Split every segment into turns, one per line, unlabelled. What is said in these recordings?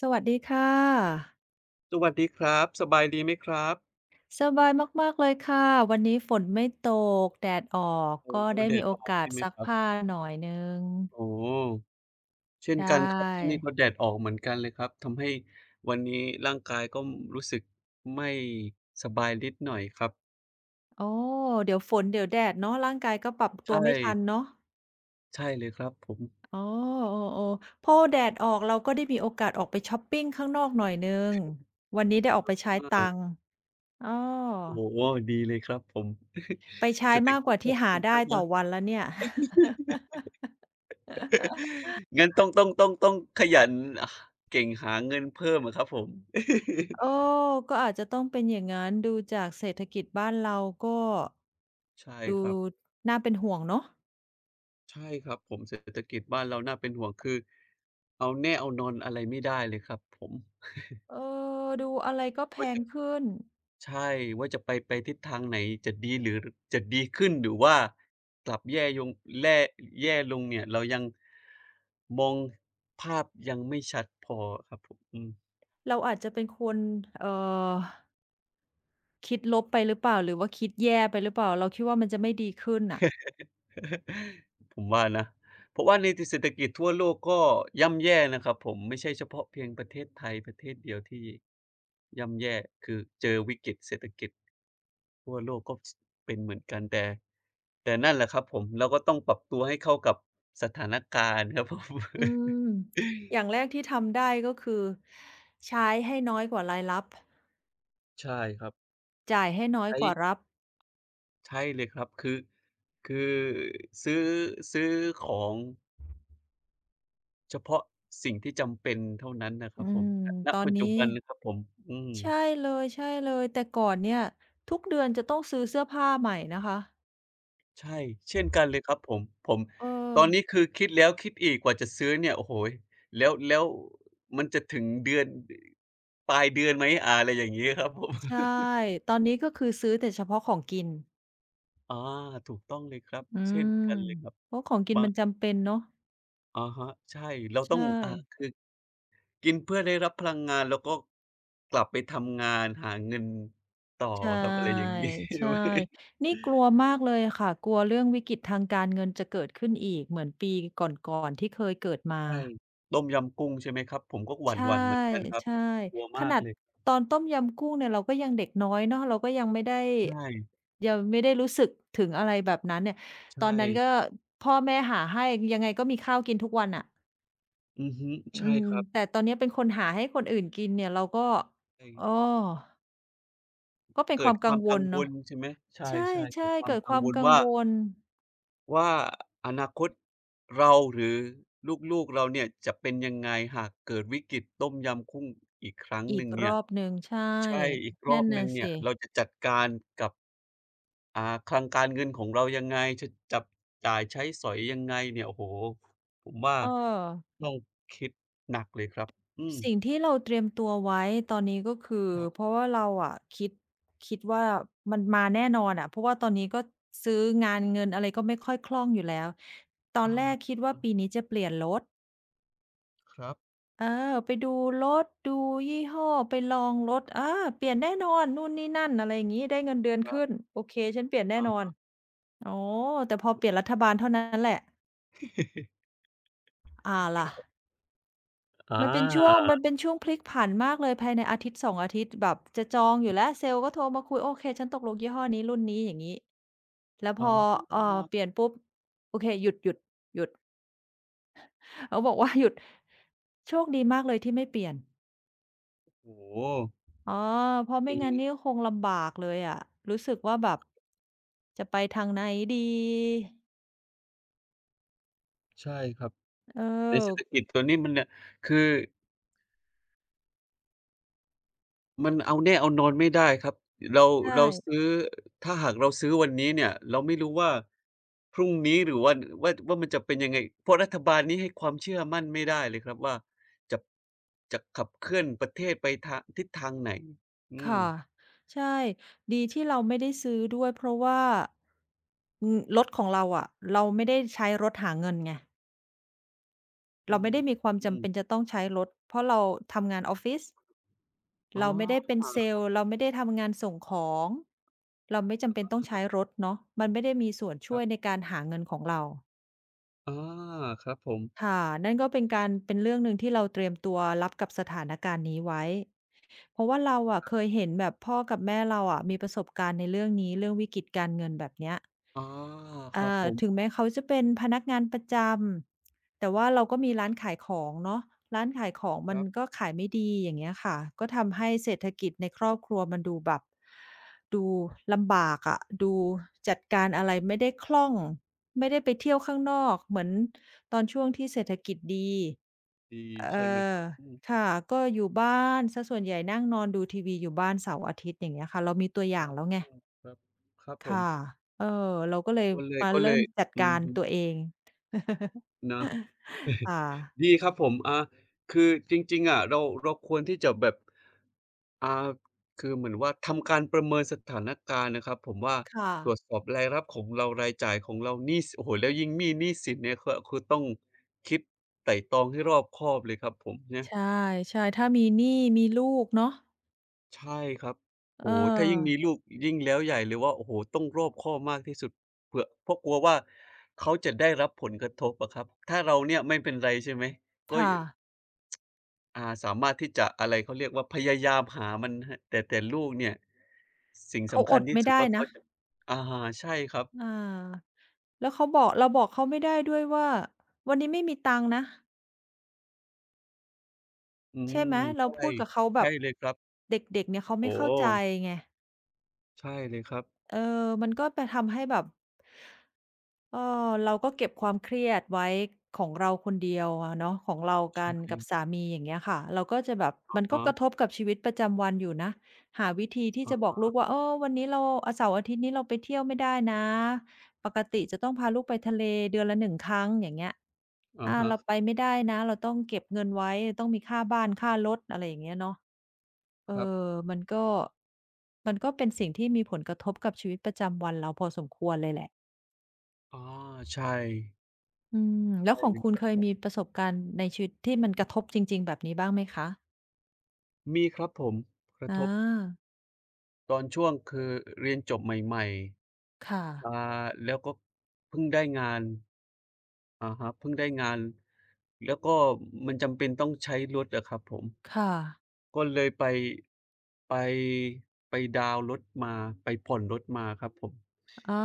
สวัสดีค่ะ
สวัสดีครับสบายดีไหมครับ
สบายมากๆเลยค่ะวันนี้ฝนไม่ตกแดดออก
โอ้
ก็
เ
ได้
แด
มี
ด
โอ
ออก
กาส
ใช่ไหม
ซั
ค
ก
รับ
ผ้าหน่อยหนึ่ง
อ๋อเช่น
ใช่
กันครับที่นี่ก็แดดออกเหมือนกันเลยครับทำให้วันนี้ร่างกายก็รู้สึกไม่สบายนิดหน่อยครับ
โอ้เดี๋ยวฝนเดี๋ยวแดดเนาะร่างกายก็ปรับ
ใช
ตัวไม่ทัน
่
เนาะ
ใช่เลยครับผม
อ๋อเออๆพอแดดออกเราก็ได้มีโอกาสออกไปชอปปิงข้างนอกหน่อยหนึ่งวันนี้ได้ออกไปใช้ตังค์
อา
อ้อ
โอ้โฮดีเลยครับผม
ไปใช้
เศรษฐ
มาก
กิ
ก
จ
ว่า
กลั
ที่
บ
หา
คืน
ได้
อะ
ต่
ฮะ
อวันแล้วเนี่ย
งั้นต้องขยันอ่าเก่งหาเงินเพิ่มอะครับผม
โออก็อาจจะต้องเป็นอย่างงั้นดูจากเศรษฐกิจบ้านเราก็
ใช่
ดู
ครับ
น่าเป็นห่วงเนาะ
ใช่ครับผมเศรษฐกิจบ้านเราน่าเป็นห่วงคือเอาแน่เอานอนอะไรไม่ได้เลยครับผม
เออดูอะไรก็แพ
ว่า
ง
จะ
ขึ้น
ใช่ว่าจะไปทิศทางไหนจะดีหรือจะดีขึ้นหรือว่ากลับแย่ยงแล่แย่ลงเนี่ยเรายังมองภาพยังไม่ชัดพอครับผมอืม
เราอาจจะเป็นคนเอ่อคิดลบไปหรือเปล่าหรือว่าคิดแย่ไปหรือเปล่า เราคิดว่ามันจะไม่ดีขึ้นน่ะ
ผมว่านะเพราะว่าในทเศรษฐกิจทั่วโลกก็ย่ำแย่นะครับผมไม่ใช่เฉพาะเพียงประเทศไทยประเทศเดียวที่ย่ำแย่คือเจอวิกฤตเศรษฐกิจ ทั่วโลกก็สเป็นเหมือนกันแต่นั่นแหละครับผมเราก็ต้องปรับตัวให้เข้ากับสถานการณ์ครับผม
อืมอย่างแร กที่ทำได้ก็คือใช้ให้น้อยกว่ารายรับ
ใช่ครับ
จ่ายให้น้อย
ใช้
กว่ารับ
ใช่เลยครับคือซื้อซื้อของเฉพาะสิ่งที่จำเป็นเท่านั้นนะค
อื
รับผม
ม
ณ
ตอน
ปัจจุ
นี้
บันนะครับผมอืม
ใช่เลยใช่เลยแต่ก่อนเนี่ยทุกเดือนจะต้องซื้อเสื้อผ้าใหม่นะคะ
ใช่เช่นกันเลยครับผมผม
เอ
ต
อ
อนนี้คือคิดแล้วคิดอีกกว่าจะซื้อเนี่ยโอ้โฮแล้วมันจะถึงเดือนปลายเดือนไหมอาอะไรอย่างงี้ครับผม
ใช่ ตอนนี้ก็คือซื้อแต่เฉพาะของกิน
อาถูกต้องเลยครับ
อื
เช่น
ม
กันเลยครับ
เพราะของกิน
บาง
มันจำเป็นเนาะ
อะฮะใช่เราต้อ
ใช่
งคือกินเพื่อได้รับพลังงานแล้วก็กลับไปทำงานหาเงินต่อ
ใช่
ครับอะไรอย่างงี้ ใช่
ใช่
ไหม
นี่กลัวมากเลยค่ะกลัวเรื่องวิกฤตทางการเงินจะเกิดขึ้นอีกเหมือนปีก่อนๆที่เคยเกิดมา
ใช่ต้มยำกุ้งใช่ไหมครับผมก็หวั
ใช่
่นๆเหมือนกันครับ
ใช่
กลัว
ข
มาก
นาด
เลย
ตอนต้มยำกุ้งเนี่ยเราก็ยังเด็กน้อยเนาะเราก็ยังไม่ได้
ใช่
รู้สึกถึงอะไรแบบนั้นเนี่ยตอ
ใช่
นนั้นก็พ่อแม่หาให้ยังไงก็มีข้าวกินทุกวันอะ
อือฮึ
อื
ใช่
ม
ครับ
แต่ตอนเนี้ยเป็นคนหาให้คนอื่นกินเนี่ยเราก็
ใช่
อ้อก็เป็นค
เกิ
วา
ด
ม
ค
กั
วา
ง
ม
ว
กัง
ล
ว
เนาะ
ลใช่ไหมใช
ใ
่ๆเกิ
ช่
ดค
ๆ
วาม
เกิด
กั
ค
ง
วาม
วล
กัง
ว่า
วล
ว่าอนาคตเราหรือลูกๆเราเนี่ยจะเป็นยังไงหากเกิดวิกฤตต้มยำกุ้งอีกครั้งห
อี
นึ่
ก
ง
ร
เนี่ย
อบหนึ่งใช่
ใช่อีกรอ
นั่
บ
น
หนึ่
น่ะ
งเนี่ย
สิ
เราจะจัดการกับอ่าคลังการเงินของเรายังไงจะจับจ่ายใช้สอยยังไงเนี่ยโอ้โฮผมว่า
เออ
ต้องคิดหนักเลยครับอืม
สิ่งที่เราเตรียมตัวไว้ตอนนี้ก็คือ
ครั
เพ
บ
ราะว่าเราอะคิดว่ามันมาแน่นอนอะเพราะว่าตอนนี้ก็ซื้องานเงินอะไรก็ไม่ค่อยคล่องอยู่แล้วตอน
อา
แรกคิดว่าปีนี้จะเปลี่ยนรถ
ครับ
เออไปดูรถดูยี่ห้อไปลองรถอาเปลี่ยนแน่นอนนู่นนี่นั่นอะไรอย่างงี้ได้เงินเดือน
ครั
ขึ้น
บ
โอเคฉันเปลี่ยนแน่
อา
นอนอ๋อแต่พอเปลี่ยนรัฐบาลเท่านั้นแหละ เอาล่ะ
อ
มั
า
นเป็นช่วงพลิกผันมากเลยภายในอาทิตย์2องอาทิตย์แบบจะจองอยู่แล้วเซลส์ก็โทรมาคุยโอเคฉันตกลงยี่ห้อนี้รุ่นนี้อย่างงี้แล้วพ
อ๋อ
อเปลี่ยนปุ๊บโอเคหยุดๆหยุดเขาบอกว่า หยุดโชคดีมากเลยที่ไม่เปลี่ยน
โอ้โฮ
อ๋อ เพราะ
จ
ไม่
ริง
งั้นนี่คงลำบากเลยอะรู้สึกว่าแบบจะไปทางไหนดี
ใช่ครับ
เออ
ในเศรษฐกิจตัวนี้มันเนี่ยคือมันเอาแน่เอานอนไม่ได้ครับเรา
ใช่
เราซื้อถ้าหากเราซื้อวันนี้เนี่ยเราไม่รู้ว่าพรุ่งนี้หรือวันว่าว่ามันจะเป็นยังไงเพราะรัฐบาลนี้ให้ความเชื่อมั่นไม่ได้เลยครับว่าจะจะขับเคลื่อนประเทศไปทางทิศทางไหนอืม
ค่ะใช่ดีที่เราไม่ได้ซื้อด้วยเพราะว่าอืมรถของเราอะเราไม่ได้ใช้รถหาเงินไง
อื
เรา
ม
ไม่ได้มีความ
อื
จำเป็น
ม
จะต้องใช้รถเพราะเราทำงานออฟฟิศ
อ๋อ
เราไม่ได้เป็นเซลล์
ค
เราไม่ได้ทำงานส่งของเราไม่จำเป็นต้องใช้รถเนาะมันไม่ได้มีส่วนช่ว
รับ
ยในการหาเงินของเรา
ๆอาครับผม
ค่ะนั่นก็เป็นการเป็นเรื่องหนึ่งที่เราเตรียมตัวรับกับสถานการณ์นี้ไว้ เพราะว่าเราอะเคยเห็นแบบพ่อกับแม่เราอะมีประสบการณ์ในเรื่องนี้เรื่องวิกฤตการเงินแบบเนี้ย
อ๋อครับผ
เอ่า
ม
ถึงแม้เขาจะเป็นพนักงานประจำแต่ว่าเราก็
อะ
มี
ฮะ
ร้านขายของเนาะร้านขายของ
ค
มัน
รั
ก็
บ
ขายไม่ดีอย่างเงี้ยค่ะก็ทำให้เศรษฐกิจในครอบครัวมันดูแบบดูลำบากอะดูจัดการอะไรไม่ได้คล่องไม่ได้ไปเที่ยวข้างนอกเหมือนตอนช่วงที่เศรษฐกิจดี
ดี
เอ
ใช่ไหมค
อ
รับอืม
ค่ะก็อยู่บ้านเสียส่วนใหญ่นั่งนอนดูทีวีอยู่บ้านเสาร์อาทิตย์อย่างเงี้ยค่ะเรามีตัวอ
อา
ย่างแล้วไง
อืมครับครับผม
ค่ะเออเราก็เลย
ก็เลย
มา
ก็เล
เริ่ม
ย
จัด
อื
กา
อ
ร
ฮึ
ตัวเอง
นะ
ค่ะ
ดีครับผมอาคือจริงๆอะเราควรที่จะแบบอ่าคือเหมือนว่าทำการประเมินสถานการณ์นะครับผมว่า
ค่ะ
ตรวจสอบรายรับของเรารายจ่ายของเราหนี้สโอ้โฮแล้วยิ่งหนี้สินเนี่ยก็คือต้องคิดไตร่ตรองให้รอบคอบเลยครับผมเนี่ย
ใช่ใช่ถ้ามีหนี้มีลูกเนาะ
ใช่ครับ
เออ
โอ้โฮถ้ายิ่งมีลูกยิ่งแล้วใหญ่เลยว่าโอ้โฮต้องรอบคอบมากที่สุดเผื่อเพราะกลัวว่าเขาจะได้รับผลกระทบอะครับถ้าเราเนี่ยไม่เป็นไรใช่ไหมก็
ค่ะ
สามารถที่จะอะไรเขาเรียกว่าพยายามหามันครับแต่ลูกเนี่ยสิ่ง
เขา
สำ
อ
คัญ
ด
ที่
ไม่
สุด
ได้
ว่าเขา
นะ
จะอาใช่ครับ
อาแล้วเขาบอกเราบอกเขาไม่ได้ด้วยว่าวันนี้ไม่มีตังค์นะ
อื
ใช่
ม
ไหมเรา
ใช่
พูดกับเขาแบ
ใช่
บ
เลยครับ
เด็กๆเนี่ยเขาไม่
โอ้โฮ
เข้าใจไง
ใช่เลยครับ
เออมันก็ไปทำให้แบบเออเราก็เก็บความเครียดไว้ของเราคนเดียวอะเนาะของเรา
ใช่
กันกับสามีอย่างเงี้ยค่ะเราก็จะแบบ
อะ
มันก็
ฮะ
กระทบกับชีวิตประจำวันอยู่นะ หาวิธีที่จะบอก
อะ
ลูกว่าเออวันนี้เราอาเสาร์อาทิตย์นี้เราไปเที่ยวไม่ได้นะปกติจะต้องพาลูกไปทะเลเดือนละ1ครั้งอย่างเงี้ย
อะ
อา
ฮะ
เราไปไม่ได้นะเราต้องเก็บเงินไว้ ต้องมีค่าบ้านค่ารถอะไรอย่างเงี้ยเนาะ เออ
ครับ
มันก็มันก็เป็นสิ่งที่มีผลกระทบกับชีวิตประจำวันเราพอสมควรเลยแหละ
ออใช่
อืมแล้ว
ใช่
ของ
เลย
คุ
ค
ณ
รั
เคย
บ
มีประสบการณ์ในชีวิตที่มันกระทบจริงๆแบบนี้บ้างไหมคะ
มีครับผมกระท
อา
บ ตอนช่วงคือเรียนจบใหม่
ค่ะ
ๆแล้วก็เพิ่งได้งานอะฮะเพิ่งได้งาน แล้วก็มันจำเป็นต้องใช้รถอะครับผม
ค่ะ
ก็เลยไปไปดาวน์รถมาไปผ่อนรถมาครับผม
อา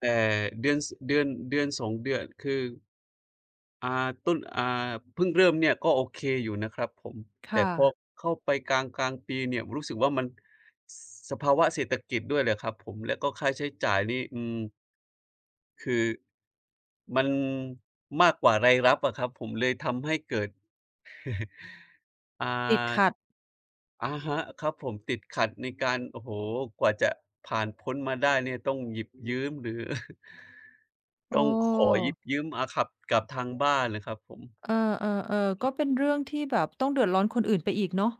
แต่เดือนสเดือนเดือนสองเดือนคือ อ่าต้นเพิ่งเริ่มเนี่ยก็โอเคอยู่นะครับผมแต่
ค่ะ
พอเข้าไปกลางๆปีเนี่ยรู้สึกว่ามันสสภาวะเศรษฐกิจด้วยแหละครับผมแล้วก็ค่าใช้จ่ายนี่อืมคือมันมากกว่ารายรับอะครับผมเลยทำให้เกิดอ่
ติดขั
า
ด
อะฮะครับผมติดขัดในการโอ้โฮกว่าจะผ่านพ้นมาได้เนี่ยต้องหยิบยืมหรือ
เ
ต้องขอ
อ
ห
อ
ยิบยืมอาขับกับทางบ้านน่ะครับผม
เออๆๆก็เป็นเรื่องที่แบบต้องเดือดร้อนคนอื่นไปอีกเนาะ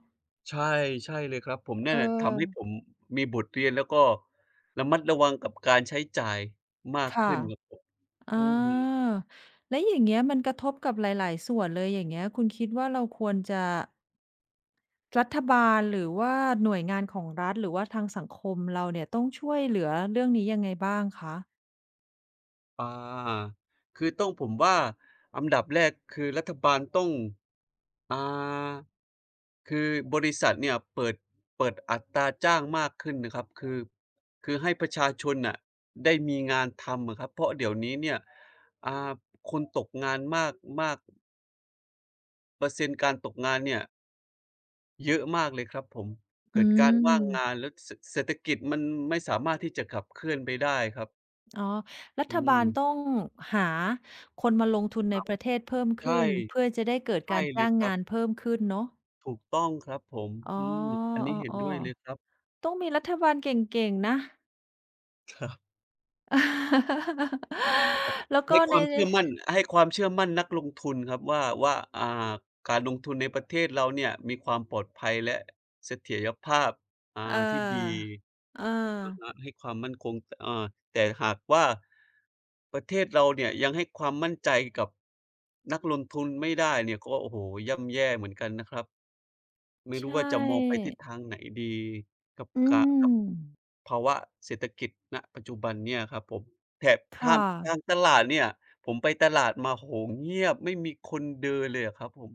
ใช่ใช่เลยครับผมเนี่
เอ
นแหละทำให้ผ
อ
มมีบทเรียนแล้วก็ระมัดระวังกับการใช้จ่ายมาก
ค่ะ
ขึ้นครับผม
อ
อือฮึ
าแล้วอย่างเงี้ยมันกระทบกับหลายๆส่วนเลยอย่างเงี้ยคุณคิดว่าเราควรจะ รัฐบาลหรือว่าหน่วยงานของรัฐหรือว่าทางสังคมเราเนี่ยต้องช่วยเหลือเรื่องนี้ยังไงบ้างคะ
อาคือต้องผมว่าอันดับแรกคือรัฐบาลต้องอ่าคือบริษัทเนี่ยเปิดอัตราจ้างมากขึ้นนะครับคือให้ประชาชนน่ะได้มีงานทำอะครับเพราะเดี๋ยวนี้เนี่ยอ่าคนตกงานมากมากเปอร์เซ็นต์การตกงานเนี่ย เยอะมากเลยครับผม
อื
เกิดการว่างงา
ม
นแล้วเศรษฐกิจมันไม่สามารถที่จะขับเคลื่อนไปได้ครับ
อ๋อรั
อื
ฐบาลต้อ
ม
งหาคนมาลงทุนในประเทศเพิ่ม
ใช่
ขึ้นเพื่อจะได้เกิด
ใช่
การ
เลย
จ้าง
ครับ
งานเพิ่มขึ้นเนาะ
ถูกต้องครับผม
อ๋อ
อืมอันนี้
อ้
เห็น
อ
ด้วยเลยครับ
ๆต้องมีรัฐบาลเก่งๆนะ
ครับ
แล้วก็
ให้ค
ใน
วามเชื่อมั่นให้ความเชื่อมั่นนักลงทุนครับว่าอ่าการลงทุนในประเทศเราเนี่ยมีความปลอดภัยและเสถียรภาพ
เอ่
อ่าที่ดี
อ เออ
อะฮะให้ความมั่นคงเอ่อแต่หากว่าประเทศเราเนี่ยยังให้ความมั่นใจกับนักลงทุนไม่ได้เนี่ยก็โอ้โฮย่ำแย่เหมือนกันนะครับ ไม่รู้
ใช่
ว่าจะมองไปทิศทางไหนดีกับ
อื
กะกับ
ม
ภาวะเศรษฐกิจณปัจจุบันเนี่ยครับผมแถบถ้า
ค่ะ
มทางตลาดเนี่ยผมไปตลาดมาโอ้โฮเงียบไม่มีคนเดินเลยอะครับผม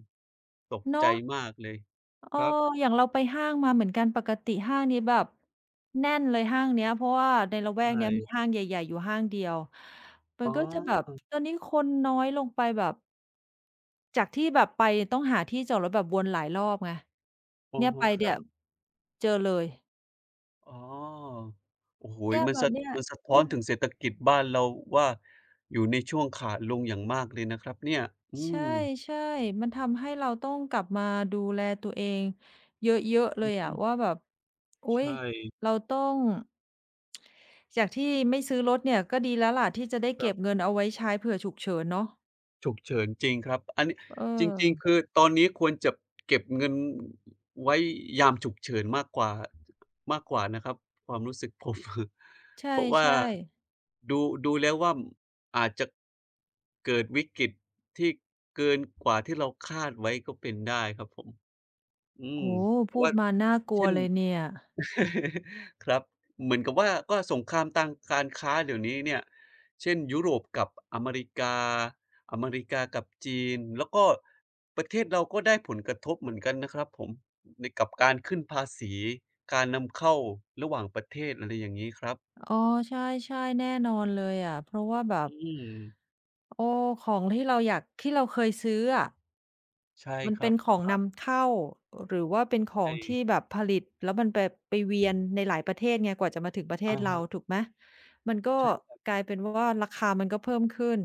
ตกใจ
เนาะ
มากเลย
เอ
ค
อ
รับ
อย่างเราไปห้างมาเหมือนกันปกติห้างนี้แบบแน่นเลยห้างเนี้ยเพราะว่าในละแวก
ใช่
เนี้ยมีห้างใหญ่ๆอยู่ห้างเดียวมั
อ๋
นก็จะแบบ
อ
ตอนนี้คนน้อยลงไปแบบจากที่แบบไปต้องหาที่จอดรถแบบวนหลายรอบไง
อะ
เนี่ยไป
ฮะครั
เนี่ย
บ
เจอเลย
อ๋อโอ้โฮ
เนี่ย
มัน
แบ
สะ
บเนี่ย
มันสะท้อนถึงเศรษฐกิจบ้านเราว่าอยู่ในช่วงขาลงอย่างมากเลยนะครับเนี่ยอื
ใช
ม
่ๆมันทำให้เราต้องกลับมาดูแลตัวเองเยอะๆเล
อือ
ย
ฮึ
อะว่าแบบอุ๊ย
ใช่
เราต้องจากที่ไม่ซื้อรถเนี่ยก็ดีแล้วล่ะที่จะได้
ครั
เก็บเงิ
บ
นเอาไว้ใช้เผื่อฉุกเฉินเนาะ
ฉุกเฉินจริงครับอันนี้
เออ
จริงๆคือตอนนี้ควรจะเก็บเงินไว้ยามฉุกเฉินมากกว่ามากกว่านะครับความรู้สึก ผม
ใช
เพราะว่า
่ๆ
ดูดูแล้วว่าอาจจะเกิดวิกฤตที่เกินกว่าที่เราคาดไว้ก็เป็นได้ครับผมอืม
โอ้โฮ
เพราะ
พูด
ว่า
มาน่ากลัว
เช่น
เลยเนี่ย
ครับเหมือนกับว่าก็สงครามทางการค้าเดี๋ยวนี้เนี่ยเช่นยุโรปกับอเมริกาอเมริกากับจีนแล้วก็ประเทศเราก็ได้ผลกระทบเหมือนกันนะครับผมในกับการขึ้นภาษีการนำเข้าระหว่างประเทศอะไรอย่างนี้ครับ
อ๋อใช่ๆแน่นอนเลยอะเพราะว่าแบบ
อืม
โอ้ของที่เราอยากที่เราเคยซื้ออะ
ใช่
มัน
ครั
เป็
บ
นของนำเข้าหรือว่าเป็นขอ
ใช่
งที่แบบผลิตแล้วมันไปเวียนในหลายประเทศไงกว่าจะมาถึงประเทศ
อะ
เรา
ฮะ
ถูกไหมมันก็
ใช่ครับ
กลายเป็นว่าราคามันก็เพิ่มขึ้น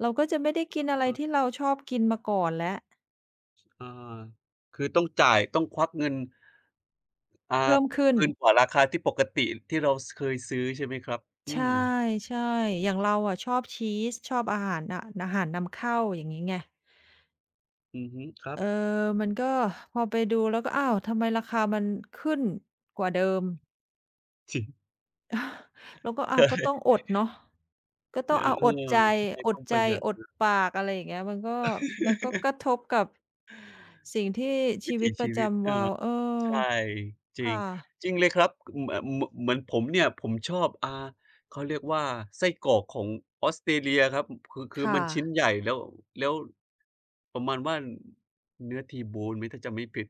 เราก็จะไม่ได้กินอะไรที่เราชอบกินมาก่อนแล้ว
อาคือต้องจ่ายต้องควักเงินอ่า
เพิ่มขึ้น
เกินกว่าราคาที่ปกติที่เราเคยซื้อใช่ไหมครับอื
ใช
ม
่ๆอย่างเราอะชอบชีสชอบอาหารอะอาหารนำเข้าอย่างงี้ไง
อือฮึครับ
เออมันก็พอไปดูแล้วก็อ้าวทำไมราคามันขึ้นกว่าเดิม
จริง
แล้วก็ อ้า
ใช่
วก็ต้องอดเนาะก็
เอ
ต้อ
อ
งเอาอดใจ
ๆใช่
อ
ต้
ด
องป
ใจ
ระหยัด
อด ปากอะไรอย่างเงี้ยมันก็กระทบกับสิ่งที่
วิ
ชี
ถี
วิตป
ชี
ระ
วิต
จำ
เอ
วั
อ
นเออ
ใช่จริง
ค่ะ
จริงเลยครับอืมเหมือนผมเนี่ยผมชอบเขาเรียกว่าไส้กรอกของออสเตรเลียครับคือมั
ค่ะ
นชิ้นใหญ่แล้วแล้วประมาณว่าเนื้อ T-bone ไหมถ้าจำไม่ผิด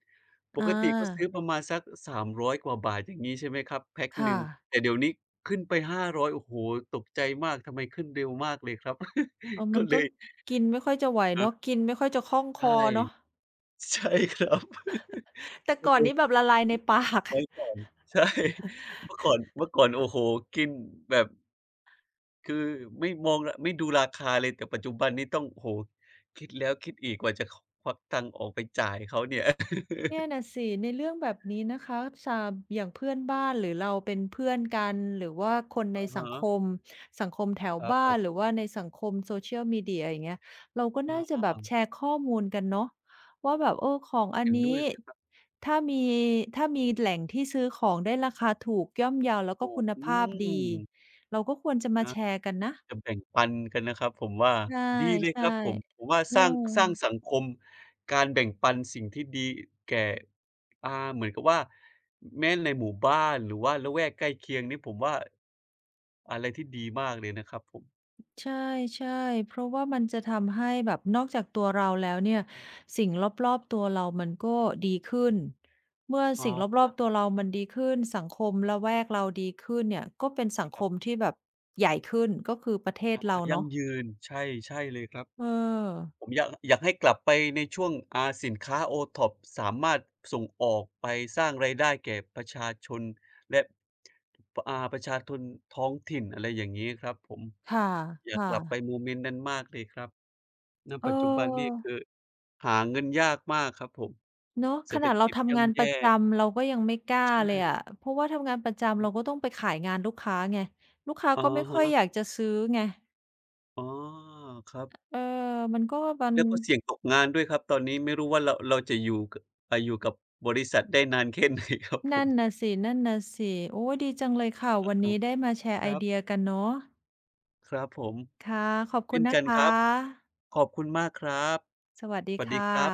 ปก
อา
ติก็ซื้อประมาณสัก300กว่าบาทอย่างงี้ใช่ไหมครับแพ็กห
ค่ะ
นึ่งแต่เดี๋ยวนี้ขึ้นไป500โอ้โฮตกใจมากทำไมขึ้นเร็วมากเลยครับ
เออ
ก็
มัน
เล
ก็
ย
กินไม่ค่อยจะไหว
เออ
เนาะกินไม่ค่อยจะคล่องค
ใช่
อ เนาะ
ใช่ครับ
แต่
ก็
ก่อ
เล
น
ย
นี้แบบละลายในปาก
ไว้ก่อนใช่ เมื่อก่อนโอ้โฮกินแบบคือไม่มองละไม่ดูราคาเลยแต่ปัจจุบันนี้ต้องโอ้โฮคิดแล้วคิดอีกกว่าจะควักตังค์ออกไปจ่ายเขาเนี่ย
เนี่ยน่ะสิในเรื่องแบบนี้นะคะสาอย่างเพื่อนบ้านหรือเราเป็นเพื่อนกันหรือว่าคน ใน
อะ
สัง
ฮะ
คมสังคมแถว
ครับผ
บ้านหรื
ม
อว่าในสังคม Social Media อย่างเงี้ยเราก็น่า
อ
จะแบบแช
า
ร์ข้อมูลกันเนาะว่าแบบเออของอัน
เห็นด้ว
นี้
ยเลยครับ
ถ้ามีถ้ามีแหล่งที่ซื้อของได้ราคาถูกย่อมเยาแล้วก็
ถู
คุ
ก
ณ
อื
ภาพดี
ม
เราก็ควรจะมา
นะ
แชร์กันนะ
จะแบ่งปันกันนะครับผมว่า
ใช
ดีเลยค
่
รับผมผมว่า
ๆเอ
สร้างสั
อ
งคมการแบ่งปันสิ่งที่ดีแก่อ่าเหมือนกับว่าแม้ในหมู่บ้านหรือว่าละแวกใกล้เคียงนี่ผมว่าอะไรที่ดีมากเลยนะครับผม
ใช่ๆเพราะว่ามันจะทำให้แบบนอกจากตัวเราแล้วเนี่ยสิ่งรอบๆตัวเรามันก็ดีขึ้นเมื่อ
ออ
สิ่ง
อะ
รอ
ฮะ
บๆตัวเรามันดีขึ้นสังคมละแวกเราดีขึ้นเนี่ยก็เป็นสัง
ค
ค
รั
ม
บ
ที่แบบใหญ่ขึ้นก็คือประเทศ
อา
เรา
ยั่ง
เนาะ
ยืนใช่ใช่เลยครับ
เออ
ผมอยากให้กลับไปในช่วงอ่าสินค้า OTOP สามารถส่งออกไปสร้างรายได้แก่ประชาชนและประชาชนท้องถิ่นอะไรอย่างงี้ครับผม
ค่ะ
อยากก
ค่ะ
ลับไปโมเมนต์นั้นมากเลยครับณ
เ
ปัจจุบันนี่
ออ
คือหาเงินยากมากครับผม
เนาะ
เศ
ข
รษฐ
นาดเรา
กิจ
ทำงาน
ย่ำ
ประ
แย่
จำเราก็ยังไม่กล้า
ใช
เลยอะ
่
เพราะว่าทำงานประจำเราก็ต้องไปขายงานลูกค้าไงลูกค้า
อะ
ก็ไม่ค่อยอยา
ฮะ
กจะซื้อไง
อ๋อครับ
เออมันก็มัน
แล้วก็เสี่ยงตกงานด้วยครับตอนนี้ไม่รู้ว่าเราจะอยู่อ่าอยู่กับบริษัทได้นานแค่ไหนครับผ
นั่
ม
นน่ะสิ นั่นน่ะสิ โอ้ยดีจังเลยค่ะ วัน
ครับ
นี้ได้มาแชร์
ค
ไอ
รั
เดีย
บ
กันเนาะ
ครับผม
ค่ะ ขอบคุ
เช่
ณ
น
นะ
กัน
ค
ครับ
ะ
ขอบคุณมากครับ
สวัส
ส
ดี
วัสดี
ค่ะ
ครับ